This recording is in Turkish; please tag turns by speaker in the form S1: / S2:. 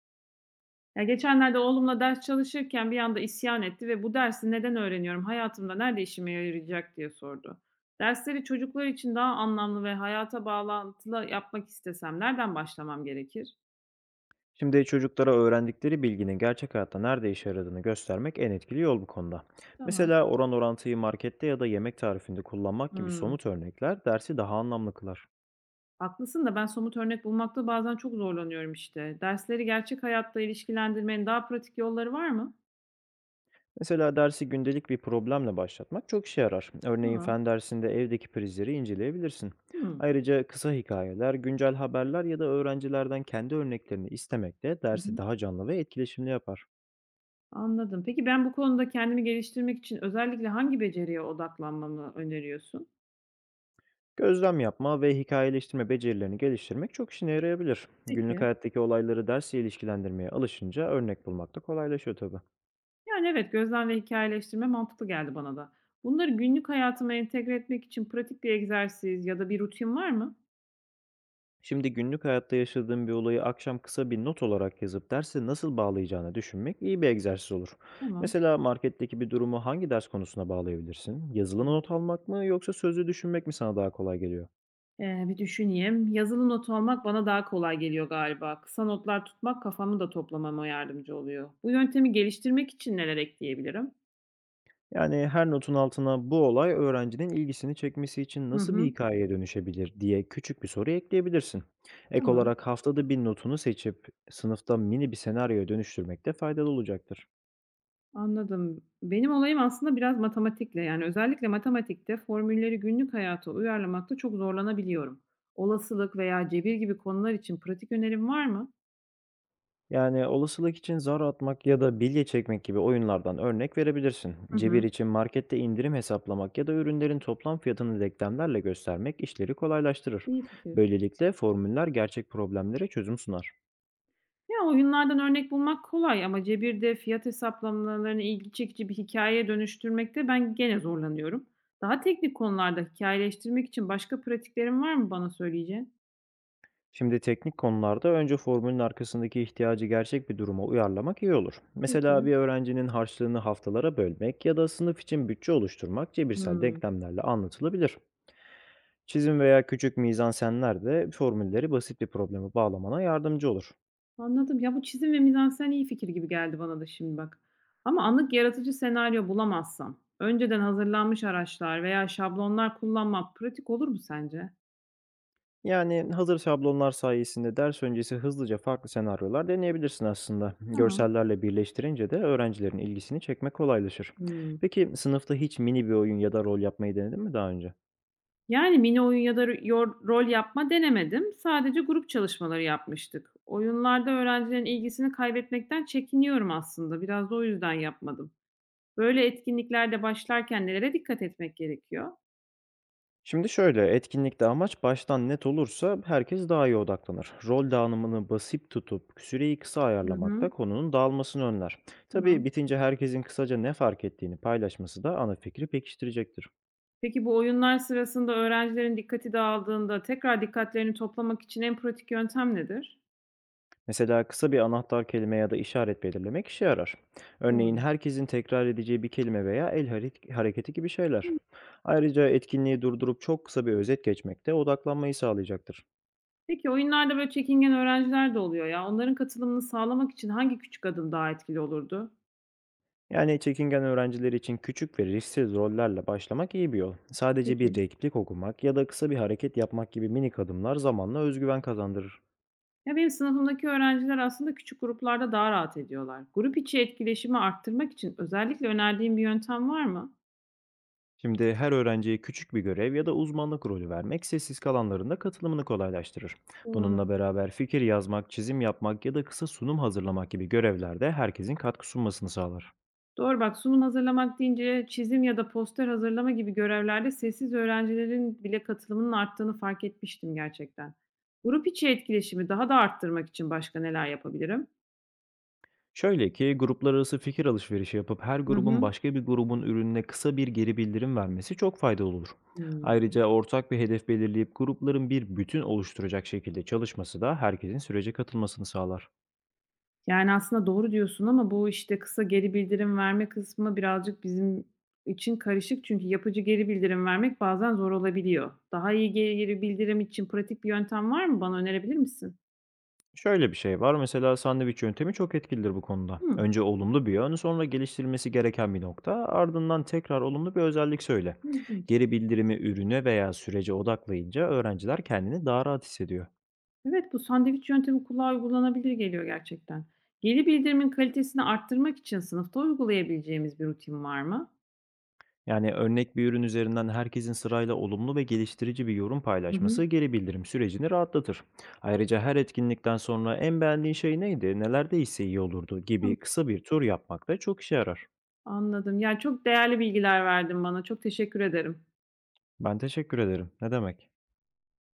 S1: Ya, geçenlerde oğlumla ders çalışırken bir anda isyan etti ve "Bu dersi neden öğreniyorum? Hayatımda nerede işime yarayacak?" diye sordu. Dersleri çocuklar için daha anlamlı ve hayata bağlantılı yapmak istesem nereden başlamam gerekir?
S2: Şimdi çocuklara öğrendikleri bilginin gerçek hayatta nerede işe yaradığını göstermek en etkili yol bu konuda.
S1: Tamam.
S2: Mesela oran orantıyı markette ya da yemek tarifinde kullanmak gibi
S1: Hımm.
S2: somut örnekler dersi daha anlamlı kılar.
S1: Haklısın da ben somut örnek bulmakta bazen çok zorlanıyorum işte. Dersleri gerçek hayatta ilişkilendirmenin daha pratik yolları var mı?
S2: Mesela dersi gündelik bir problemle başlatmak çok işe yarar. Örneğin
S1: Tamam.
S2: fen dersinde evdeki prizleri inceleyebilirsin.
S1: Hımm.
S2: Ayrıca kısa hikayeler, güncel haberler ya da öğrencilerden kendi örneklerini istemek de
S1: Hı
S2: dersi
S1: hı.
S2: daha canlı ve etkileşimli yapar.
S1: Anladım. Peki ben bu konuda kendimi geliştirmek için özellikle hangi beceriye odaklanmamı öneriyorsun?
S2: Gözlem yapma ve hikayeleştirme becerilerini geliştirmek çok işine yarayabilir. Günlük
S1: Peki.
S2: hayattaki olayları dersle ilişkilendirmeye alışınca örnek bulmak da kolaylaşıyor tabii.
S1: Yani, evet, gözlem ve hikayeleştirme mantıklı geldi bana da. Bunları günlük hayatıma entegre etmek için pratik bir egzersiz ya da bir rutin var mı?
S2: Şimdi günlük hayatta yaşadığın bir olayı akşam kısa bir not olarak yazıp derse nasıl bağlayacağını düşünmek iyi bir egzersiz olur.
S1: Tamam.
S2: Mesela marketteki bir durumu hangi ders konusuna bağlayabilirsin? Yazılı
S1: Hımm.
S2: not almak mı yoksa sözlü düşünmek mi sana daha kolay geliyor?
S1: Bir düşüneyim. Yazılı not almak bana daha kolay geliyor galiba. Kısa notlar tutmak kafamı da toplamama yardımcı oluyor. Bu yöntemi geliştirmek için neler ekleyebilirim?
S2: Yani, her notun altına "Bu olay öğrencinin ilgisini çekmesi için
S1: Hı
S2: nasıl bir
S1: hı.
S2: hikayeye dönüşebilir?" diye küçük bir soru ekleyebilirsin. Ek
S1: Tamam,
S2: olarak haftada bir notunu seçip sınıfta mini bir senaryoya dönüştürmek de faydalı olacaktır.
S1: anladım. Benim olayım aslında biraz matematikle, yani, özellikle matematikte formülleri günlük hayata uyarlamakta çok zorlanabiliyorum. Olasılık veya cebir gibi konular için pratik önerim var mı?
S2: Yani, olasılık için zar atmak ya da bilye çekmek gibi oyunlardan örnek verebilirsin.
S1: Hı
S2: Cebir
S1: hı.
S2: için markette indirim hesaplamak ya da ürünlerin toplam fiyatını denklemlerle göstermek işleri kolaylaştırır.
S1: İyi fikir.
S2: Böylelikle formüller gerçek problemlere çözüm sunar.
S1: Ya, oyunlardan örnek bulmak kolay ama cebirde fiyat hesaplamalarını ilgi çekici bir hikayeye dönüştürmekte ben gene zorlanıyorum. Daha teknik konularda hikayeleştirmek için başka pratiklerin var mı bana söyleyeceğin?
S2: Şimdi teknik konularda önce formülün arkasındaki ihtiyacı gerçek bir duruma uyarlamak iyi olur. Mesela
S1: Peki.
S2: bir öğrencinin harçlığını haftalara bölmek ya da sınıf için bütçe oluşturmak cebirsel
S1: Hımm.
S2: denklemlerle anlatılabilir. Çizim veya küçük mizansenler de formülleri basit bir probleme bağlamana yardımcı olur.
S1: Anladım. Ya, bu çizim ve mizansen iyi fikir gibi geldi bana da şimdi bak. Ama anlık yaratıcı senaryo bulamazsam, önceden hazırlanmış araçlar veya şablonlar kullanmak pratik olur mu sence?
S2: Yani hazır şablonlar sayesinde ders öncesi hızlıca farklı senaryolar deneyebilirsin aslında.
S1: Tamam.
S2: Görsellerle birleştirince de öğrencilerin ilgisini çekmek kolaylaşır.
S1: Hımm.
S2: Peki sınıfta hiç mini bir oyun ya da rol yapmayı denedin mi daha önce?
S1: Yani, mini oyun ya da rol yapma denemedim. Sadece grup çalışmaları yapmıştık. Oyunlarda öğrencilerin ilgisini kaybetmekten çekiniyorum aslında. Biraz da o yüzden yapmadım. Böyle etkinliklerde başlarken nelere dikkat etmek gerekiyor?
S2: Şimdi şöyle, etkinlikte amaç baştan net olursa herkes daha iyi odaklanır. Rol dağınımını basit tutup süreyi kısa
S1: Hı
S2: ayarlamak
S1: hı.
S2: da konunun dağılmasını önler. Tabii
S1: Tamam.
S2: bitince herkesin kısaca ne fark ettiğini paylaşması da ana fikri pekiştirecektir.
S1: Peki bu oyunlar sırasında öğrencilerin dikkati dağıldığında tekrar dikkatlerini toplamak için en pratik yöntem nedir?
S2: Mesela kısa bir anahtar kelime ya da işaret belirlemek işe yarar. Örneğin
S1: Doğru.
S2: herkesin tekrar edeceği bir kelime veya el hareketi gibi şeyler.
S1: Hı.
S2: Ayrıca etkinliği durdurup çok kısa bir özet geçmek de odaklanmayı sağlayacaktır.
S1: Peki oyunlarda böyle çekingen öğrenciler de oluyor ya. Onların katılımını sağlamak için hangi küçük adım daha etkili olurdu?
S2: Yani çekingen öğrenciler için küçük ve risksiz rollerle başlamak iyi bir yol. Sadece bir
S1: Peki.
S2: replik okumak ya da kısa bir hareket yapmak gibi minik adımlar zamanla özgüven kazandırır.
S1: Ya, benim sınıfımdaki öğrenciler aslında küçük gruplarda daha rahat ediyorlar. Grup içi etkileşimi arttırmak için özellikle önerdiğin bir yöntem var mı?
S2: Şimdi her öğrenciye küçük bir görev ya da uzmanlık rolü vermek sessiz kalanların da katılımını kolaylaştırır.
S1: Doğru.
S2: Bununla beraber fikir yazmak, çizim yapmak ya da kısa sunum hazırlamak gibi görevlerde herkesin katkı sunmasını sağlar.
S1: Doğru bak, sunum hazırlamak deyince çizim ya da poster hazırlama gibi görevlerde sessiz öğrencilerin bile katılımının arttığını fark etmiştim gerçekten. Grup içi etkileşimi daha da arttırmak için başka neler yapabilirim?
S2: Şöyle ki gruplar arası fikir alışverişi yapıp her
S1: Hı
S2: grubun
S1: hı.
S2: başka bir grubun ürününe kısa bir geri bildirim vermesi çok faydalı olur.
S1: Hımm.
S2: Ayrıca ortak bir hedef belirleyip grupların bir bütün oluşturacak şekilde çalışması da herkesin sürece katılmasını sağlar.
S1: Yani, aslında doğru diyorsun ama bu, işte, kısa geri bildirim verme kısmı birazcık bizim için karışık. Çünkü yapıcı geri bildirim vermek bazen zor olabiliyor. Daha iyi geri bildirim için pratik bir yöntem var mı? Bana önerebilir misin?
S2: Şöyle bir şey var, mesela sandviç yöntemi çok etkilidir bu konuda.
S1: Hımm,
S2: Önce olumlu bir yön, sonra geliştirilmesi gereken bir nokta, ardından tekrar olumlu bir özellik söyle.
S1: ilginç.
S2: Geri bildirimi ürüne veya sürece odaklayınca öğrenciler kendini daha rahat hissediyor.
S1: Evet, bu sandviç yöntemi kulağa uygulanabilir geliyor gerçekten. Geri bildirimin kalitesini arttırmak için sınıfta uygulayabileceğimiz bir rutin var mı?
S2: Yani örnek bir ürün üzerinden herkesin sırayla olumlu ve geliştirici bir yorum
S1: Hı hı.
S2: paylaşması geri bildirim sürecini rahatlatır. Ayrıca her etkinlikten sonra en beğendiğin şey neydi, nelerde ise iyi olurdu
S1: Tamam,
S2: gibi kısa bir tur yapmak da çok işe yarar.
S1: anladım. Ya, çok değerli bilgiler verdin bana. Çok teşekkür ederim.
S2: Ben teşekkür ederim. Ne demek?